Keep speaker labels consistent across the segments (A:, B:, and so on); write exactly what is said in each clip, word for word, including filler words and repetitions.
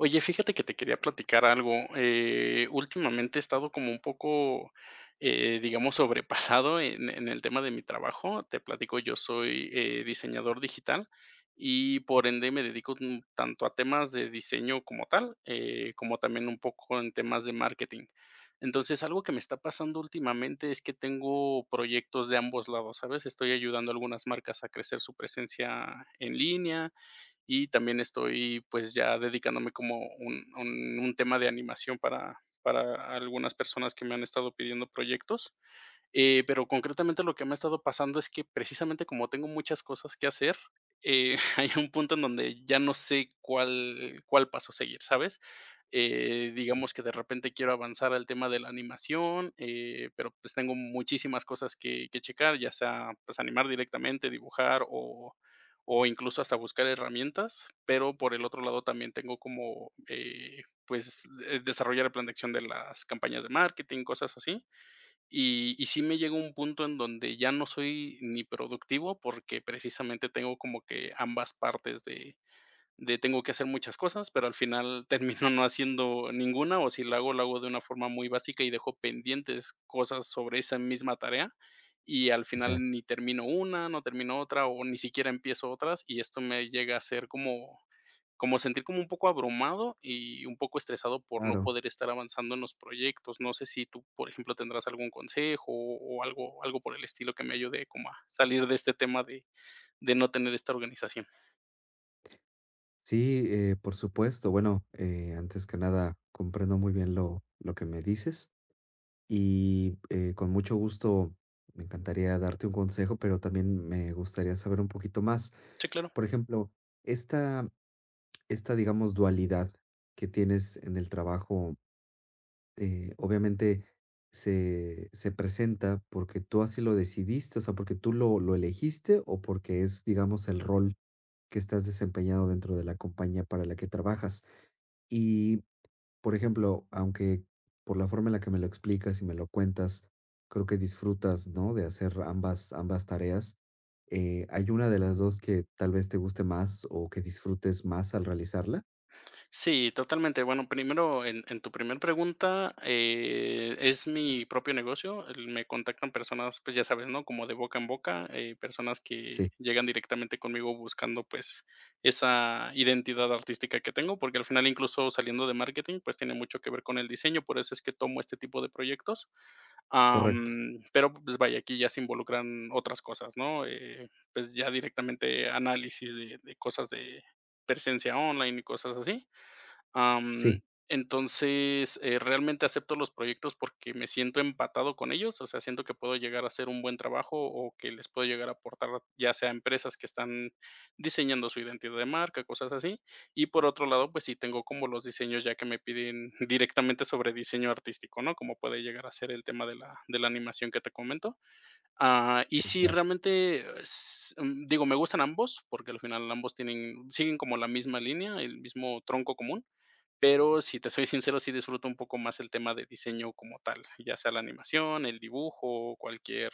A: Oye, fíjate que te quería platicar algo. Eh, últimamente he estado como un poco, eh, digamos, sobrepasado en, en el tema de mi trabajo. Te platico, yo soy eh, diseñador digital y por ende me dedico un- tanto a temas de diseño como tal, eh, como también un poco en temas de marketing. Entonces, algo que me está pasando últimamente es que tengo proyectos de ambos lados, ¿sabes? Estoy ayudando a algunas marcas a crecer su presencia en línea y también estoy pues ya dedicándome como un, un- un tema de animación para, para algunas personas que me han estado pidiendo proyectos. Eh, pero concretamente lo que me ha estado pasando es que precisamente como tengo muchas cosas que hacer, eh, hay un punto en donde ya no sé cuál, cuál paso seguir, ¿sabes? Eh, digamos que de repente quiero avanzar al tema de la animación, eh, pero pues tengo muchísimas cosas que, que checar, ya sea pues animar directamente, dibujar o, o incluso hasta buscar herramientas, pero por el otro lado también tengo como eh, pues eh, desarrollar el plan de acción de las campañas de marketing, cosas así y y sí me llega un punto en donde ya no soy ni productivo, porque precisamente tengo como que ambas partes de de tengo que hacer muchas cosas, pero al final termino no haciendo ninguna, o si la hago, la hago de una forma muy básica y dejo pendientes cosas sobre esa misma tarea, y al
B: Ya,
A: final ni termino una, no termino otra, o ni siquiera empiezo otras, y esto me llega a ser como como sentir como un poco abrumado y un poco estresado por no
B: claro.
A: poder estar avanzando en los proyectos. No sé si tú, por ejemplo, tendrás algún consejo o o algo algo por el estilo que me ayude como a salir de este tema de de no tener esta organización.
B: Sí, eh, por supuesto. Bueno, eh, antes que nada, comprendo muy bien lo, lo que me dices y eh, con mucho gusto me encantaría darte un consejo, pero también me gustaría saber un poquito más.
A: Sí, claro.
B: Por ejemplo, esta, esta, digamos, dualidad que tienes en el trabajo, eh, obviamente se, se presenta porque tú así lo decidiste, o sea, porque tú lo, lo elegiste o porque es, digamos, el rol que estás desempeñado dentro de la compañía para la que trabajas. Y, por ejemplo, aunque por la forma en la que me lo explicas y me lo cuentas, creo que disfrutas, ¿no? De hacer ambas, ambas tareas. Eh, ¿hay una de las dos que tal vez te guste más o que disfrutes más al realizarla?
A: Sí, totalmente. Bueno, primero, en, en tu primer pregunta, eh, es mi propio negocio. el- Me contactan personas, pues ya sabes, ¿no? Como de boca en boca, eh, personas que
B: Sí,
A: llegan directamente conmigo buscando, pues, esa identidad artística que tengo, porque al final, incluso saliendo de marketing, pues tiene mucho que ver con el diseño, por eso es que tomo este tipo de proyectos.
B: correcto.
A: Am, pero, pues vaya, aquí ya se involucran otras cosas, ¿no? Eh, pues ya directamente análisis de de cosas de presencia online y cosas así. Am,
B: Sí,
A: entonces, eh, realmente acepto los proyectos porque me siento empatado con ellos, o sea, siento que puedo llegar a hacer un buen trabajo o que les puedo llegar a aportar, ya sea a empresas que están diseñando su identidad de marca, cosas así. Y por otro lado, pues sí tengo como los diseños ya que me piden directamente sobre diseño artístico, ¿no? Como puede llegar a ser el tema de la, de la animación que te comento. Ah, y
B: sí,
A: sí,
B: claro.
A: realmente, es- mm, digo, me gustan ambos porque al final ambos tienen, siguen como la misma línea, el mismo tronco común, pero si te soy sincero, sí disfruto un poco más el tema de diseño como tal, ya sea la animación, el dibujo, cualquier,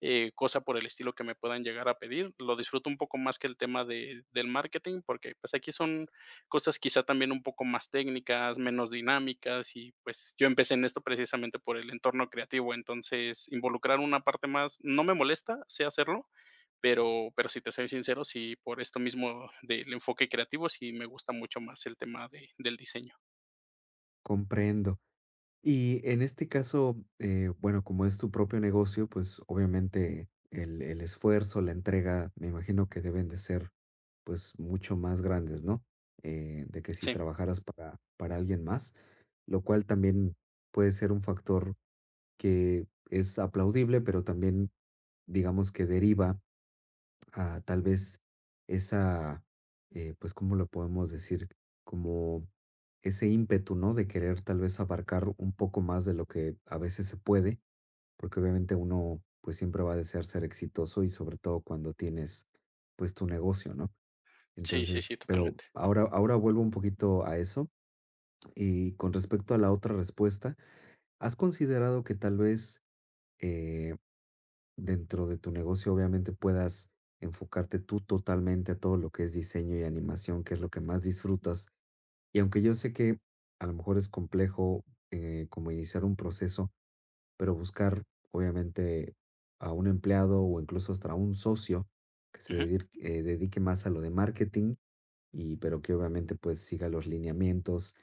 A: eh, cosa por el estilo que me puedan llegar a pedir. Lo disfruto un poco más que el tema de del marketing, porque, pues, aquí son cosas quizá también un poco más técnicas, menos dinámicas y, pues, yo empecé en esto precisamente por el entorno creativo. Entonces, involucrar una parte más no me molesta, sé hacerlo, pero pero si te soy sincero, sí, por esto mismo del enfoque creativo, sí me gusta mucho más el tema de del diseño.
B: Comprendo. Y en este caso, eh, bueno, como es tu propio negocio, pues obviamente el, el esfuerzo, la entrega, me imagino que deben de ser pues mucho más grandes, ¿no? Eh, de que si
A: Sí,
B: trabajaras para, para alguien más, lo cual también puede ser un factor que es aplaudible, pero también digamos que deriva a tal vez esa, eh, pues, ¿cómo lo podemos decir? Como ese ímpetu, ¿no? De querer tal vez abarcar un poco más de lo que a veces se puede, porque obviamente uno pues siempre va a desear ser exitoso y sobre todo cuando tienes pues tu negocio, ¿no?
A: sí, sí,
B: Entonces,
A: sí,
B: pero
A: totalmente.
B: ahora, ahora vuelvo un poquito a eso y con respecto a la otra respuesta, ¿has considerado que tal vez eh, dentro de tu negocio, obviamente puedas enfocarte tú totalmente a todo lo que es diseño y animación, que es lo que más disfrutas? Y aunque yo sé que a lo mejor es complejo, eh, como iniciar un proceso, pero buscar obviamente a un empleado o incluso hasta a un socio que se
A: Ujú.
B: dedique, eh, dedique más a lo de marketing, y, pero que obviamente pues siga los lineamientos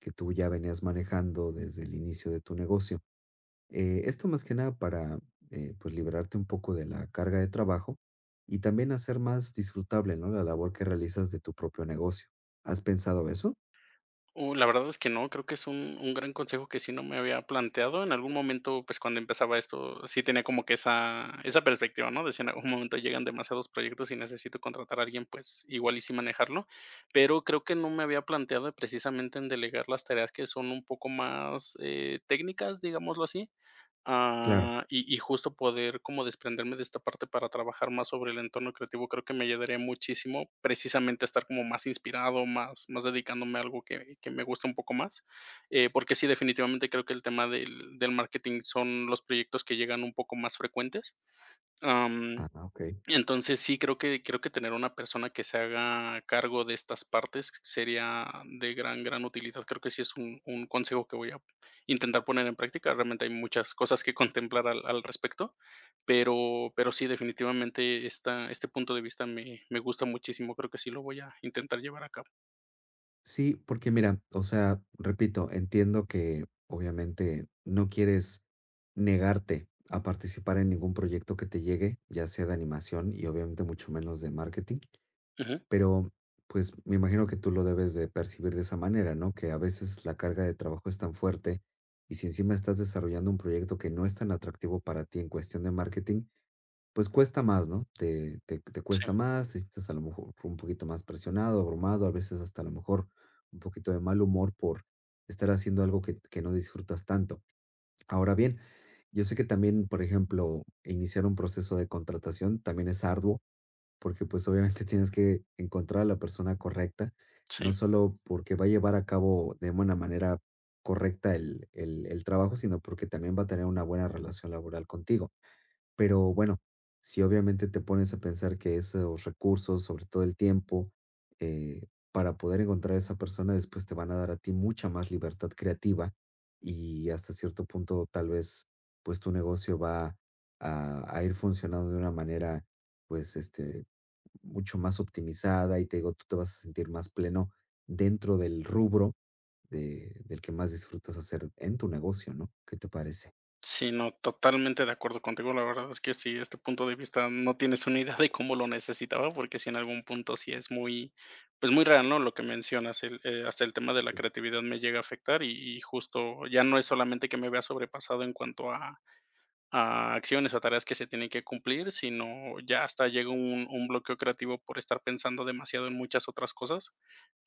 B: que tú ya venías manejando desde el inicio de tu negocio. Eh, esto más que nada para, eh, pues, liberarte un poco de la carga de trabajo y también hacer más disfrutable, ¿no? La labor que realizas de tu propio negocio. ¿Has pensado eso?
A: Uh, la verdad es que no, creo que es un un gran consejo que sí no me había planteado. En algún momento, pues, cuando empezaba esto, sí tenía como que esa esa perspectiva, ¿no? De si en algún momento llegan demasiados proyectos y necesito contratar a alguien, pues, igual y sí manejarlo, pero creo que no me había planteado precisamente en delegar las tareas que son un poco más, eh, técnicas, digámoslo así.
B: Claro.
A: Ah, y y justo poder como desprenderme de esta parte para trabajar más sobre el entorno creativo, creo que me ayudaría muchísimo, precisamente a estar como más inspirado, más más dedicándome a algo que que me gusta un poco más, eh, porque sí, definitivamente creo que el tema del del marketing son los proyectos que llegan un poco más frecuentes,
B: Ah, ok.
A: entonces, sí, creo que creo que tener una persona que se haga cargo de estas partes sería de gran, gran utilidad. Creo que sí es un un consejo que voy a intentar poner en práctica. Realmente hay muchas cosas que contemplar al al respecto, pero pero sí, definitivamente esta este punto de vista me me gusta muchísimo. Creo que sí lo voy a intentar llevar a cabo.
B: Sí, porque mira, o sea, repito, entiendo que obviamente no quieres negarte a participar en ningún proyecto que te llegue, ya sea de animación y obviamente mucho menos de marketing.
A: Ujú.
B: Pero, pues, me imagino que tú lo debes de percibir de esa manera, ¿no? Que a veces la carga de trabajo es tan fuerte y si encima estás desarrollando un proyecto que no es tan atractivo para ti en cuestión de marketing, pues cuesta más, ¿no? Te, te, te
A: Sí,
B: cuesta más, te sientes a lo mejor un poquito más presionado, abrumado, a veces hasta a lo mejor un poquito de mal humor por estar haciendo algo que, que no disfrutas tanto. Ahora bien, yo sé que también, por ejemplo, iniciar un proceso de contratación también es arduo porque pues obviamente tienes que encontrar a la persona correcta,
A: sí.
B: no solo porque va a llevar a cabo de buena manera correcta el, el, el trabajo, sino porque también va a tener una buena relación laboral contigo. Pero bueno, si obviamente te pones a pensar que esos recursos, sobre todo el tiempo, eh, para poder encontrar a esa persona, después te van a dar a ti mucha más libertad creativa y hasta cierto punto tal vez pues tu negocio va a, a ir funcionando de una manera pues este mucho más optimizada y te digo, tú te vas a sentir más pleno dentro del rubro de, del que más disfrutas hacer en tu negocio, ¿no? ¿Qué te parece?
A: Sí, no, totalmente de acuerdo contigo. La verdad es que sí, este punto de vista no tienes una idea de cómo lo necesitaba, porque sí en algún punto sí es muy, pues muy real, ¿no? Lo que mencionas, el, eh, hasta el tema de la
B: Sí.
A: creatividad me llega a afectar y, y justo ya no es solamente que me vea sobrepasado en cuanto a, a acciones o tareas que se tienen que cumplir, sino ya hasta llega un un bloqueo creativo por estar pensando demasiado en muchas otras cosas.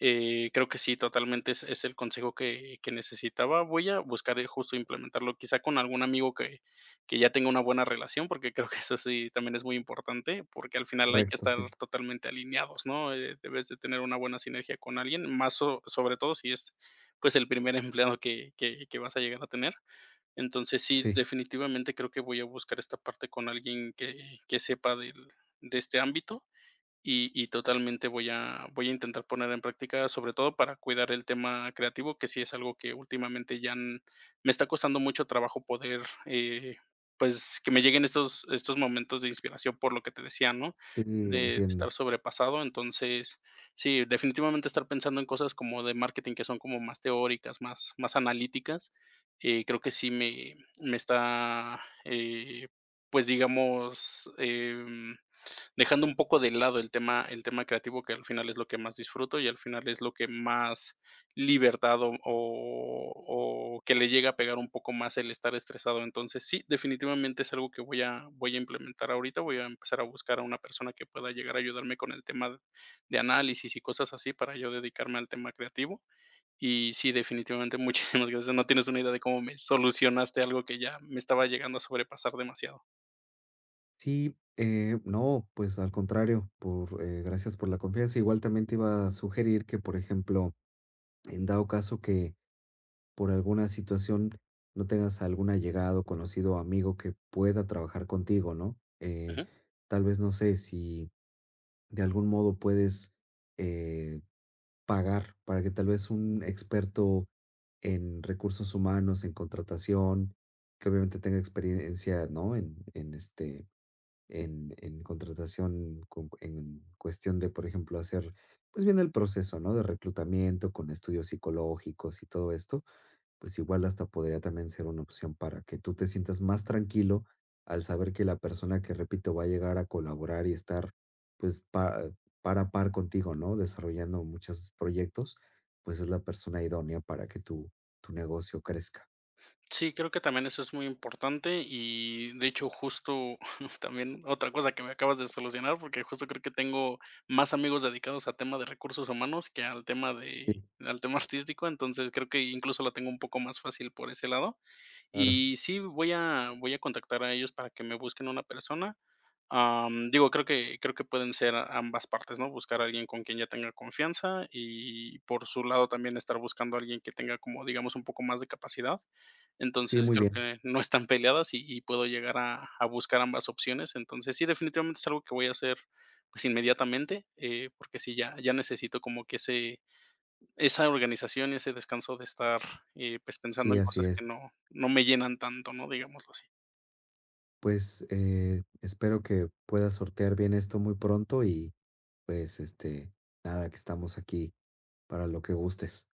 A: Eh, creo que sí, totalmente es es el consejo que que necesitaba. Voy a buscar, eh, justo implementarlo, quizá con algún amigo que que ya tenga una buena relación, porque creo que eso sí también es muy importante, porque al final hay que
B: Correcto,
A: estar
B: sí,
A: totalmente alineados, ¿no? Eh, debes de tener una buena sinergia con alguien, más so sobre todo si es, pues, el primer empleado que que que vas a llegar a tener. Entonces sí,
B: sí,
A: definitivamente creo que voy a buscar esta parte con alguien que que sepa del de este ámbito, y y totalmente voy a voy a intentar poner en práctica, sobre todo para cuidar el tema creativo, que sí es algo que últimamente ya n me está costando mucho trabajo poder, eh, pues, que me lleguen estos estos momentos de inspiración, por lo que te decía, ¿no?
B: sí,
A: De estar
B: entiendo.
A: sobrepasado. Entonces, sí, definitivamente estar pensando en cosas como de marketing, que son como más teóricas, más más analíticas, eh, creo que sí me me está, eh, pues, digamos, em dejando un poco de lado el tema el tema creativo, que al final es lo que más disfruto y al final es lo que más libertad o o o que le llega a pegar un poco más el estar estresado. Entonces, sí, definitivamente es algo que voy a voy a implementar ahorita, voy a empezar a buscar a una persona que pueda llegar a ayudarme con el tema de análisis y cosas así para yo dedicarme al tema creativo. Y sí, definitivamente, muchísimas gracias. No tienes una idea de cómo me solucionaste algo que ya me estaba llegando a sobrepasar demasiado.
B: Sí, eh, no, pues al contrario, por, eh, gracias por la confianza. Igual también te iba a sugerir que, por ejemplo, en dado caso que por alguna situación no tengas algún allegado, conocido amigo que pueda trabajar contigo, ¿no? Eh,
A: Ujú.
B: tal vez, no sé, si de algún modo puedes eh, pagar para que tal vez un experto en recursos humanos, en contratación, que obviamente tenga experiencia, ¿no? En, en este, en, en contratación, con- en cuestión de, por ejemplo, hacer, pues bien el proceso, ¿no? De reclutamiento con estudios psicológicos y todo esto pues igual hasta podría también ser una opción para que tú te sientas más tranquilo al saber que la persona que, repito, va a llegar a colaborar y estar pues pa- par a par contigo, ¿no? Desarrollando muchos proyectos, pues es la persona idónea para que tu, tu negocio crezca.
A: Sí, creo que también eso es muy importante y de hecho justo también otra cosa que me acabas de solucionar, porque justo creo que tengo más amigos dedicados a tema de recursos humanos que al tema de
B: Sí,
A: al tema artístico, entonces creo que incluso la tengo un poco más fácil por ese lado.
B: claro.
A: Y sí, voy a voy a contactar a ellos para que me busquen una persona. Am, digo, creo que creo que pueden ser ambas partes, ¿no? Buscar a alguien con quien ya tenga confianza y por su lado también estar buscando a alguien que tenga como, digamos, un poco más de capacidad.
B: Sí,
A: Entonces,
B: muy
A: creo
B: bien.
A: que no están peleadas y y puedo llegar a a buscar ambas opciones. Entonces, sí, definitivamente es algo que voy a hacer, pues, inmediatamente, eh, porque sí, ya ya necesito como que ese esa organización y ese descanso de estar, eh, pues, pensando
B: Sí,
A: en
B: así
A: cosas que
B: es.
A: no no me llenan tanto, ¿no? Digámoslo así.
B: Pues eh, espero que puedas sortear bien esto muy pronto y pues este, nada, que estamos aquí para lo que gustes.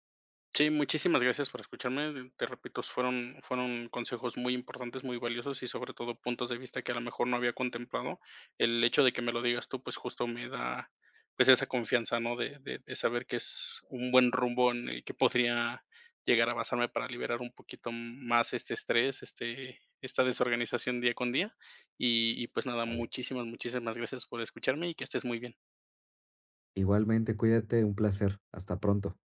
A: Sí, muchísimas gracias por escucharme. Te repito, fueron, fueron consejos muy importantes, muy valiosos y sobre todo puntos de vista que a lo mejor no había contemplado. El hecho de que me lo digas tú, pues justo me da pues esa confianza, ¿no? De, de- de saber que es un buen rumbo en el que podría llegar a basarme para liberar un poquito más este estrés, este, esta desorganización día con día. y y pues nada,
B: Vale.
A: muchísimas, muchísimas gracias por escucharme y que estés muy bien.
B: Igualmente, cuídate, un placer. Hasta pronto.